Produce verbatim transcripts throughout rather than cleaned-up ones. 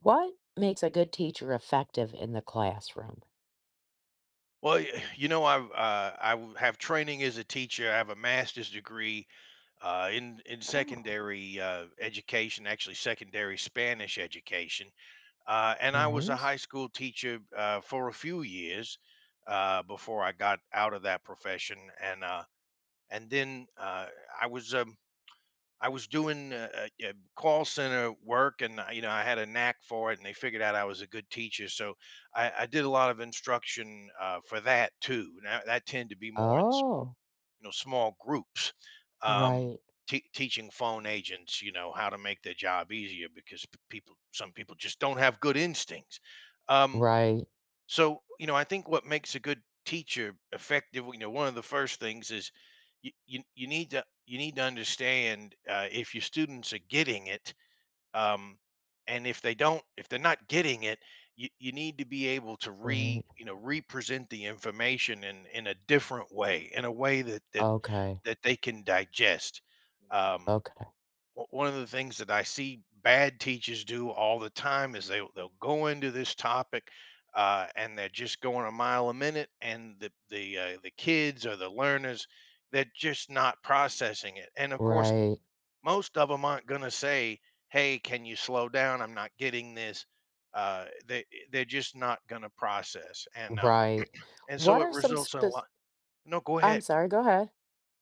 What makes a good teacher effective in the classroom? Well, y- you know, I've uh, I w- have training as a teacher. I have a master's degree uh, in in Oh, secondary uh, education, actually secondary Spanish education, uh, and I was a nice. high school teacher uh, for a few years uh, before I got out of that profession, and uh, and then uh, I was um, I was doing, uh, uh, yeah, call center work and, I you know, I had a knack for it and they figured out I was a good teacher, so I I did a lot of instruction, uh, for that too. Now that tend to be more in small Oh, you know, small groups, um, right, tea teaching phone agents, you know, how to make their job easier because p people some people just don't have good instincts. Um right, so, you know, I think what makes a good teacher effective, you know, one of the first things is you you, you need to you need to understand uh, if your students are getting it, um, and if they don't, if they're not getting it, you, you need to be able to re right. you know represent the information in in a different way, in a way that that Okay, that they can digest. Um, okay, w- One of the things that I see bad teachers do all the time is they they'll go into this topic uh, and they're just going a mile a minute, and the the uh, the kids or the learners they're just not processing it. And of course, right, most of them aren't going to say, "Hey, can you slow down? I'm not getting this." Uh, they they're just not going to process, and um right. and so What it are some results in a spec lot. No, go I'm ahead. sorry, go ahead.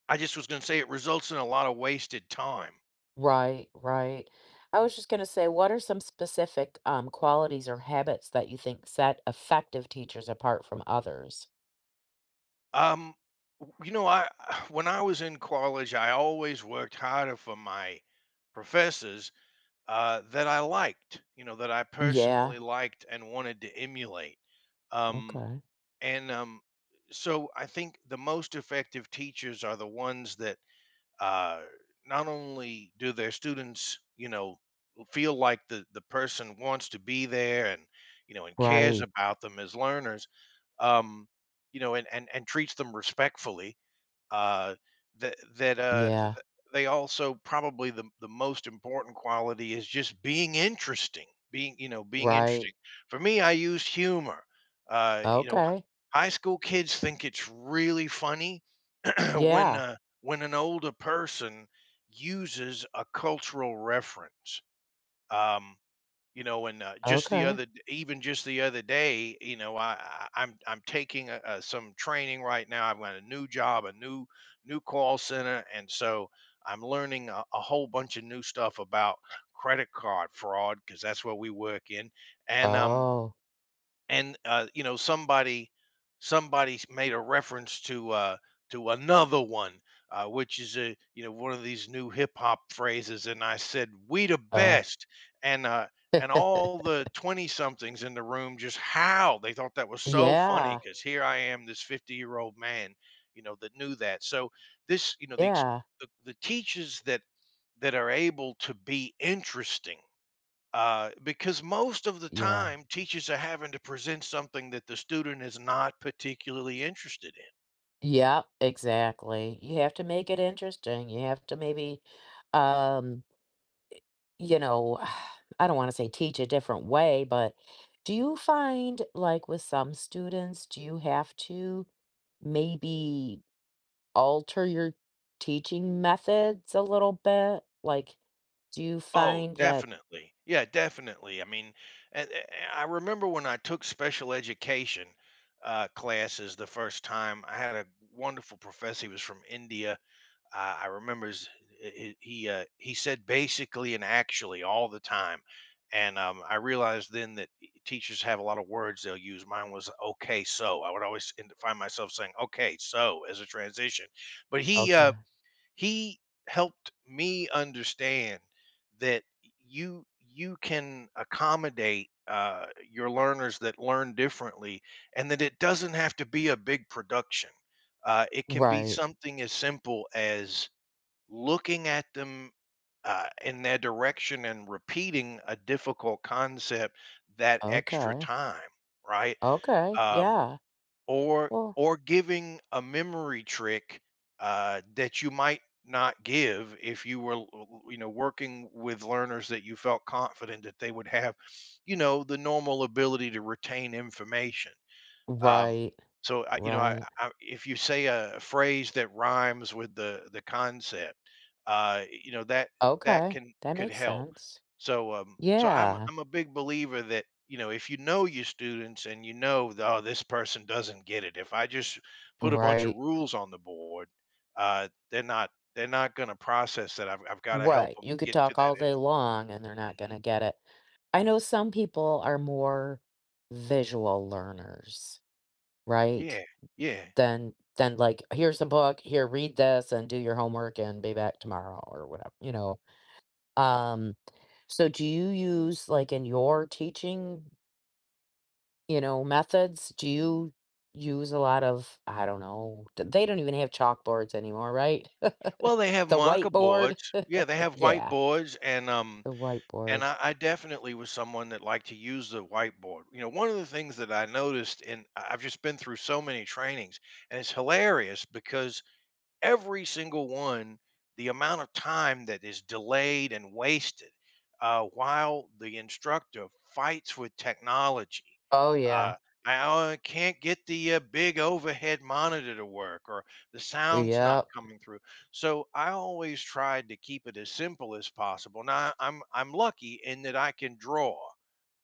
I just was going to say it results in a lot of wasted time. Right, right. I was just gonna say, what are some specific um, qualities or habits that you think set effective teachers apart from others? Um, w- you know, I when I was in college, I always worked harder for my professors uh, that I liked. You know, that I personally Yeah, liked and wanted to emulate. Um, okay. and um, So I think the most effective teachers are the ones that uh, not only do their students, you know, feel like the the person wants to be there and you know and cares Right, about them as learners, um, you know, and and and treats them respectfully. Uh, that that uh, th- yeah, they also probably the the most important quality is just being interesting. Being you know being right, interesting. For me, I use humor. Uh, you know, h- okay, High school kids think it's really funny when yeah, uh, when an older person uses a cultural reference um you know and uh, just the okay. other even just the other day you know i, I i'm i'm taking a, uh some training right now. I've got a new job, a new new call center, and so I'm learning a, a whole bunch of new stuff about credit card fraud because that's what we work in and um Oh, and uh, you know somebody somebody made a reference to uh, to another one, uh, which is a you know one of these new hip hop phrases, and I said, "We the oh. best," and uh, and all the twenty somethings in the room just howled. They thought that was so funny Yeah, because here I am, this fifty year old man, you know, that knew that. So this you know the ex- yeah, the, the teachers that that are able to be interesting uh, because most of the yeah. time teachers are having to present something that the student is not particularly interested in. Yep, exactly. You have to make it interesting. You have to maybe, um, you know, I don't want to say teach a different way, but do you find, like, with some students, do you have to maybe alter your teaching methods a little bit? Like, do you Oh, find that definitely. Yeah, definitely. I mean, and, and I remember when I took special education uh, classes the first time, I had a wonderful professor. He was from India. Uh, I remember his, he he, uh, he said basically and actually all the time, and um, I realized then that e- teachers have a lot of words they'll use. Mine was okay, so I would always end- find myself saying okay, so as a transition. But he uh, Okay. he helped me understand that you you can accommodate uh, your learners that learn differently, and that it doesn't have to be a big production. Uh, it can be Right. something as simple as looking at them uh, in their direction and repeating a difficult concept that extra Okay. time, right? Okay. Um, Yeah. or Well, or giving a memory trick uh, that you might not give if you were l- l- you know working with learners that you felt confident that they would have you know the normal ability to retain information, um, right, so I, you know, I, right. I, if you say a phrase that rhymes with the the concept, uh, you know that that Okay, can that could makes help. sense. So um, so I'm Yeah, I'm a big believer that you know if you know your students and you know that, oh, this person doesn't get it. If I just put a bunch of right, rules on the board, uh, they're not they're not going to process that. I've I've got to help right. them You could get to talk that all day info. long and they're not Hmm. gonna get it. I know some people are more visual learners, right? Yeah, yeah. Than than like, here's a book, here, read this and do your homework and be back tomorrow or whatever, you know? Um, so do you use, like, in your teaching you know, methods? Do you use a lot of, I don't know, d- they don't even have chalkboards anymore, right? Well, they have The marker whiteboard. boards. Yeah, they have Yeah, whiteboards, and um, the whiteboard. And I, I definitely was someone that liked to use the whiteboard. You know, one of the things that I noticed, and I've just been through so many trainings, and it's hilarious because every single one, the amount of time that is delayed and wasted uh, while the instructor fights with technology. Oh, yeah. Uh, I uh, can't get the uh, big overhead monitor to work, or the sound's not Yep. coming through. So I always tried to keep it as simple as possible. Now I'm I'm lucky in that I can draw.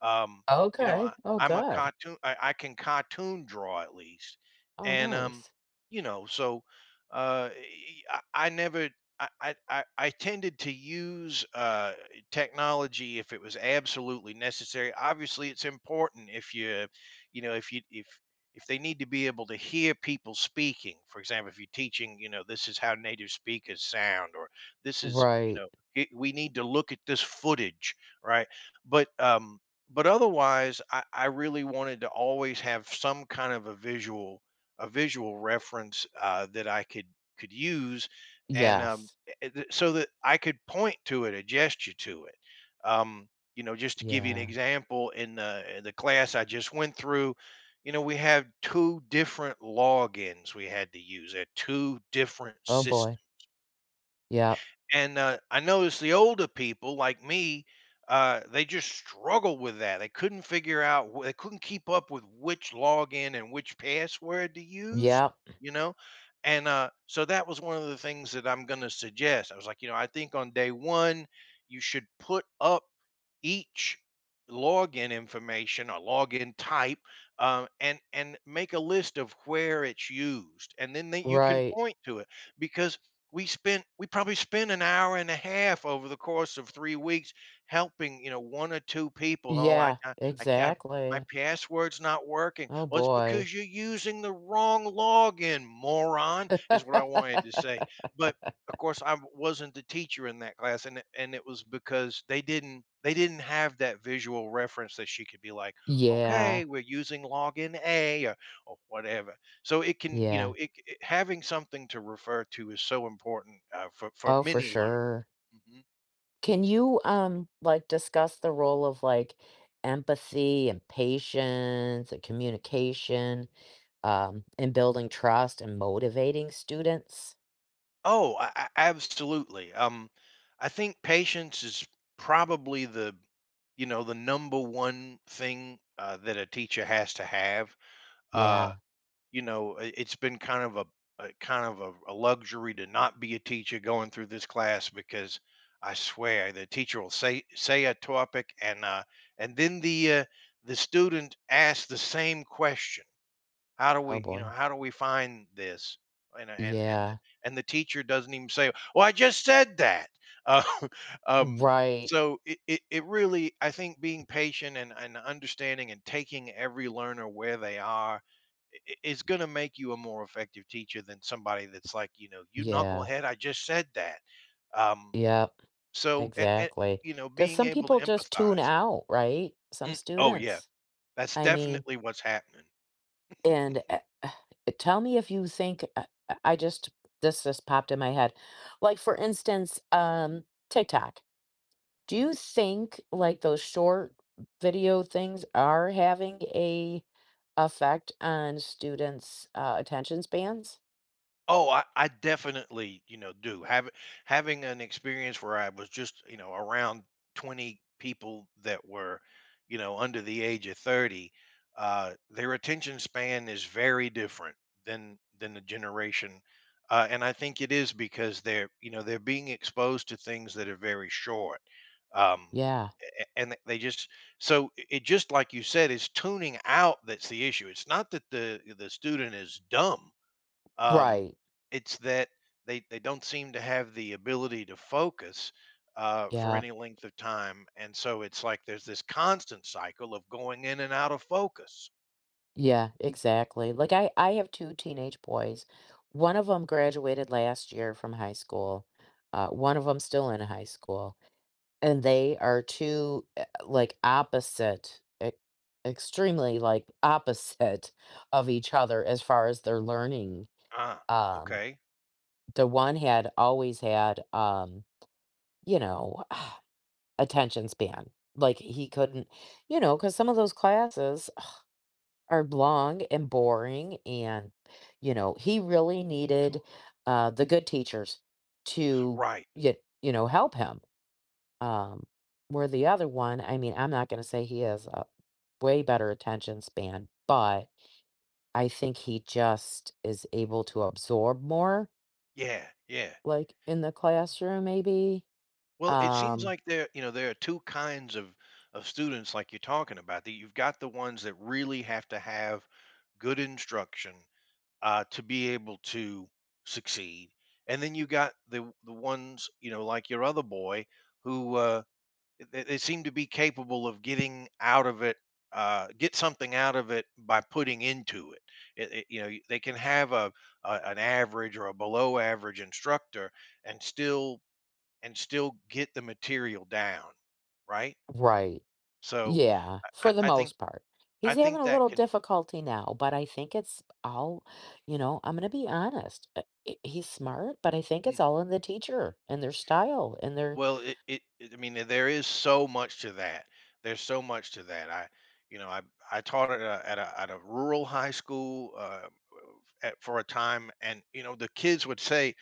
Um, you know, Okay. I, Oh, I'm a good. cartoon. I, I can cartoon draw at least, Oh, and um, nice. you know, so uh, e, I I never. I, I, I I tended to use uh, technology if it was absolutely necessary. Obviously, it's important if you, you know, if you if if they need to be able to hear people speaking. For example, if you're teaching, you know, this is how native speakers sound, or this is, you Right. know, it, we need to look at this footage, right? But um, but otherwise, I, I really wanted to always have some kind of a visual a visual reference uh, that I could could use, and um, Yes. it- it- so that I could point to it, a gesture to it. Um, you know, just to give you an Yeah. example, in the in the class I just went through, you know, we have two different logins we had to use at two different Oh, systems, boy. Yep. and, uh, I noticed the older people like me, uh, they just struggle with that. They couldn't figure out wh they couldn't keep up with which login and which password to use, Yep. you know? And, uh, so that was one of the things that I'm gonna suggest. I was like, you know, I think on day one, you should put up each login information or login type, um, and and make a list of where it's used, and then they you can Right. point to it because we spent we probably spent an hour and a half over the course of three weeks helping, you know, one or two people. "Oh, I Yeah, I I can't my exactly. password's not working." Oh, "Well, it's boy. because you're using the wrong login, moron," is what I wanted to say. But, of course, I wasn't the teacher in that class, and it and it was because they didn't they didn't have that visual reference that she could be like, Yeah. "Okay, we're using login A," or or whatever. So it can, you know, Yeah. it, it- having something to refer to is so important uh, for for Oh, for many learners. sure. Hmm. Can you, um, like, discuss the role of, like, empathy and patience and communication, um, in building trust and motivating students? Oh, I, I- absolutely. Um, I think patience is probably the, you know, the number one thing uh, that a teacher has to have. Uh, Yeah. you know, i- it's been kind of a, a kind of a, a luxury to not be a teacher going through this class because I swear the teacher will say say a topic and uh, and then the uh, the student asks the same question, how do Oh, we you know boy. how do we find this, and and and the, Yeah. and the teacher doesn't even say well I just said that, uh, um Right. so it, it, it really I think being patient and, and understanding and taking every learner where they are i- i- is going to make you a more effective teacher than somebody that's like you know, you Yeah. knucklehead, I just said that. um Yep. so a- a- Exactly. you know, Because being some able to people just tune empathize. out, right? Some Mm, oh, yeah, students. that's I mean, definitely what's happening. and, eh, eh, tell me if you think I I I just this just popped in my head. Like, for instance, um, TikTok. Do you think like those short video things are having a effect on students' uh, attention spans? Oh, I, I definitely, you know, do. Have, having an experience where I was just, you know, around twenty people that were, you know, under the age of thirty, uh, their attention span is very different than than the generation. Uh, and I think it is because they're, you know, they're being exposed to things that are very short. Um, Yeah. a- and they they just so it it just like you said is tuning out that's the issue. It's not that the the student is dumb um, Right. it's that they they don't seem to have the ability to focus uh, for Yeah. any length of time, and so it's like there's this constant cycle of going in and out of focus. Yeah, exactly. Like I I have two teenage boys. One of them graduated last year from high school. Uh, one of them still in high school, and they are two uh, like opposite, e- extremely like opposite of each other as far as their learning. Ah, Um, okay, The one had always had, um, you know, attention span. Like he couldn't, you know, because some of those classes are long and boring. And, you know, he really needed sure, uh, the good teachers to, right, you you know, help him. Um, where the other one, I mean, I'm not going to say he has a way better attention span, but I think he just is able to absorb more, yeah, yeah. like in the classroom, maybe. Well, it seems Um, like there you know there are two kinds of of students like you're talking about. That you've got the ones that really have to have good instruction uh, to be able to succeed. And then you got the the ones, you know, like your other boy, who uh, they, they seem to be capable of getting out of it, uh, get something out of it by putting into it. It- it- you know, y- they can have a, a an average or a below average instructor and still and still get the material down, right? right. So Yeah, I, for I the I think most part. He's I having think a that little can. difficulty now, but I think it's all, you know, I'm going to be honest. uh, i- He's smart, but I think it's all in the teacher and their style and their, Well, it it it I mean, there is so much to that. There's so much to that. I, you know, I I taught at a at a, at a rural high school uh, at, for a time. And you know, the kids would say,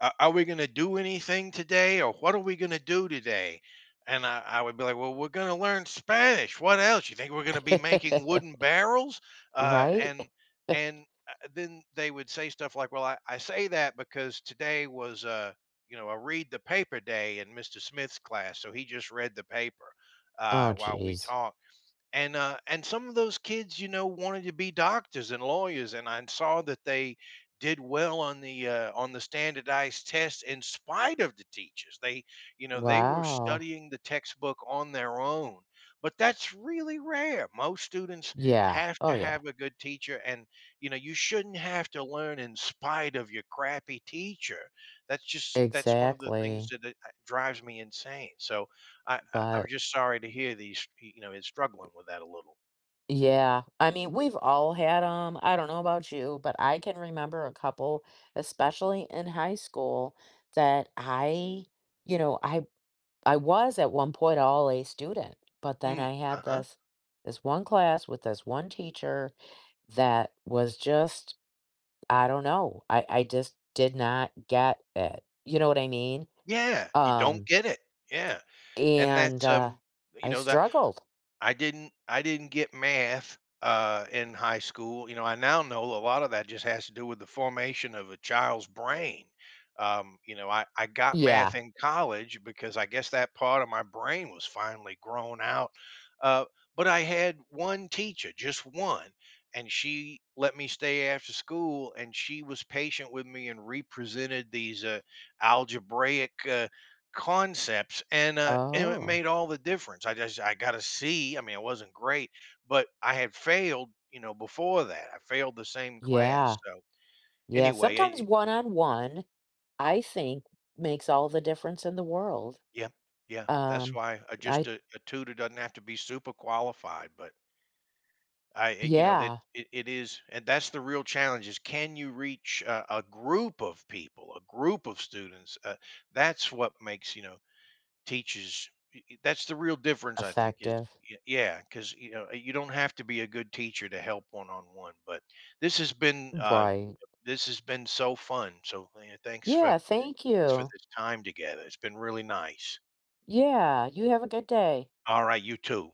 "A Are we gonna do anything today?" or "What are we gonna do today?" And I I would be like, "Well, we're gonna learn Spanish. What else? You think we're gonna be making wooden barrels?" Uh, right? and and, uh, then they would say stuff like, "Well, I I say that because today was a, you know, a read the paper day in mister Smith's class, so he just read the paper, uh, Oh, while we geez. talked." And uh and some of those kids, you know, wanted to be doctors and lawyers, and I saw that they did well on the uh, on the standardized tests in spite of the teachers. They, you know, they were Wow. studying the textbook on their own, but that's really rare. Most students Yeah. have Oh, to yeah. have a good teacher. And you know you shouldn't have to learn in spite of your crappy teacher. That's just that's one of the things Exactly. that uh, drives me insane. So I I I'm But just sorry to hear these. You know, he's struggling with that a little. yeah, I mean, we've all had them. I don't know about you, but I can remember a couple, especially in high school, that I, you know, I I was at one point all A student, but then Mm, I had uh-huh. this this one class with this one teacher that was just, I don't know, I I just did not get it. You know what I mean? Yeah, you don't Um, get it. Yeah, and and that's, uh um, you I know, that struggled. I didn't I didn't get math uh, in high school. You know, I now know a lot of that just has to do with the formation of a child's brain. Um, you know, I, I got math Yeah. in college because I guess that part of my brain was finally grown out. Uh, but I had one teacher, just one, and she let me stay after school and she was patient with me and represented these uh, algebraic uh, concepts and, uh, and it Oh, made all the difference. I just I got to see. I mean, it wasn't great, but I had failed, you know, before that. I failed the same class. yeah. So Yeah, anyway, sometimes I, one-on-one, I think, makes all the difference in the world. yeah, yeah, that's Um, why I just I a, a tutor doesn't have to be super qualified, but I, it- you know, that Yeah, it, it is, and that's the real challenge is can you reach uh, a group of people, a group of students? Uh, that's what makes, you know, teaches I I that's the real difference, I think, is effective. y yeah, because you know, you don't have to be a good teacher to help one-on-one. But this has been, uh Right. this has been so fun. So, you know, thanks for Yeah, thank thanks for you. this time together, it's been really nice. Yeah, you have a good day. Alright, you too.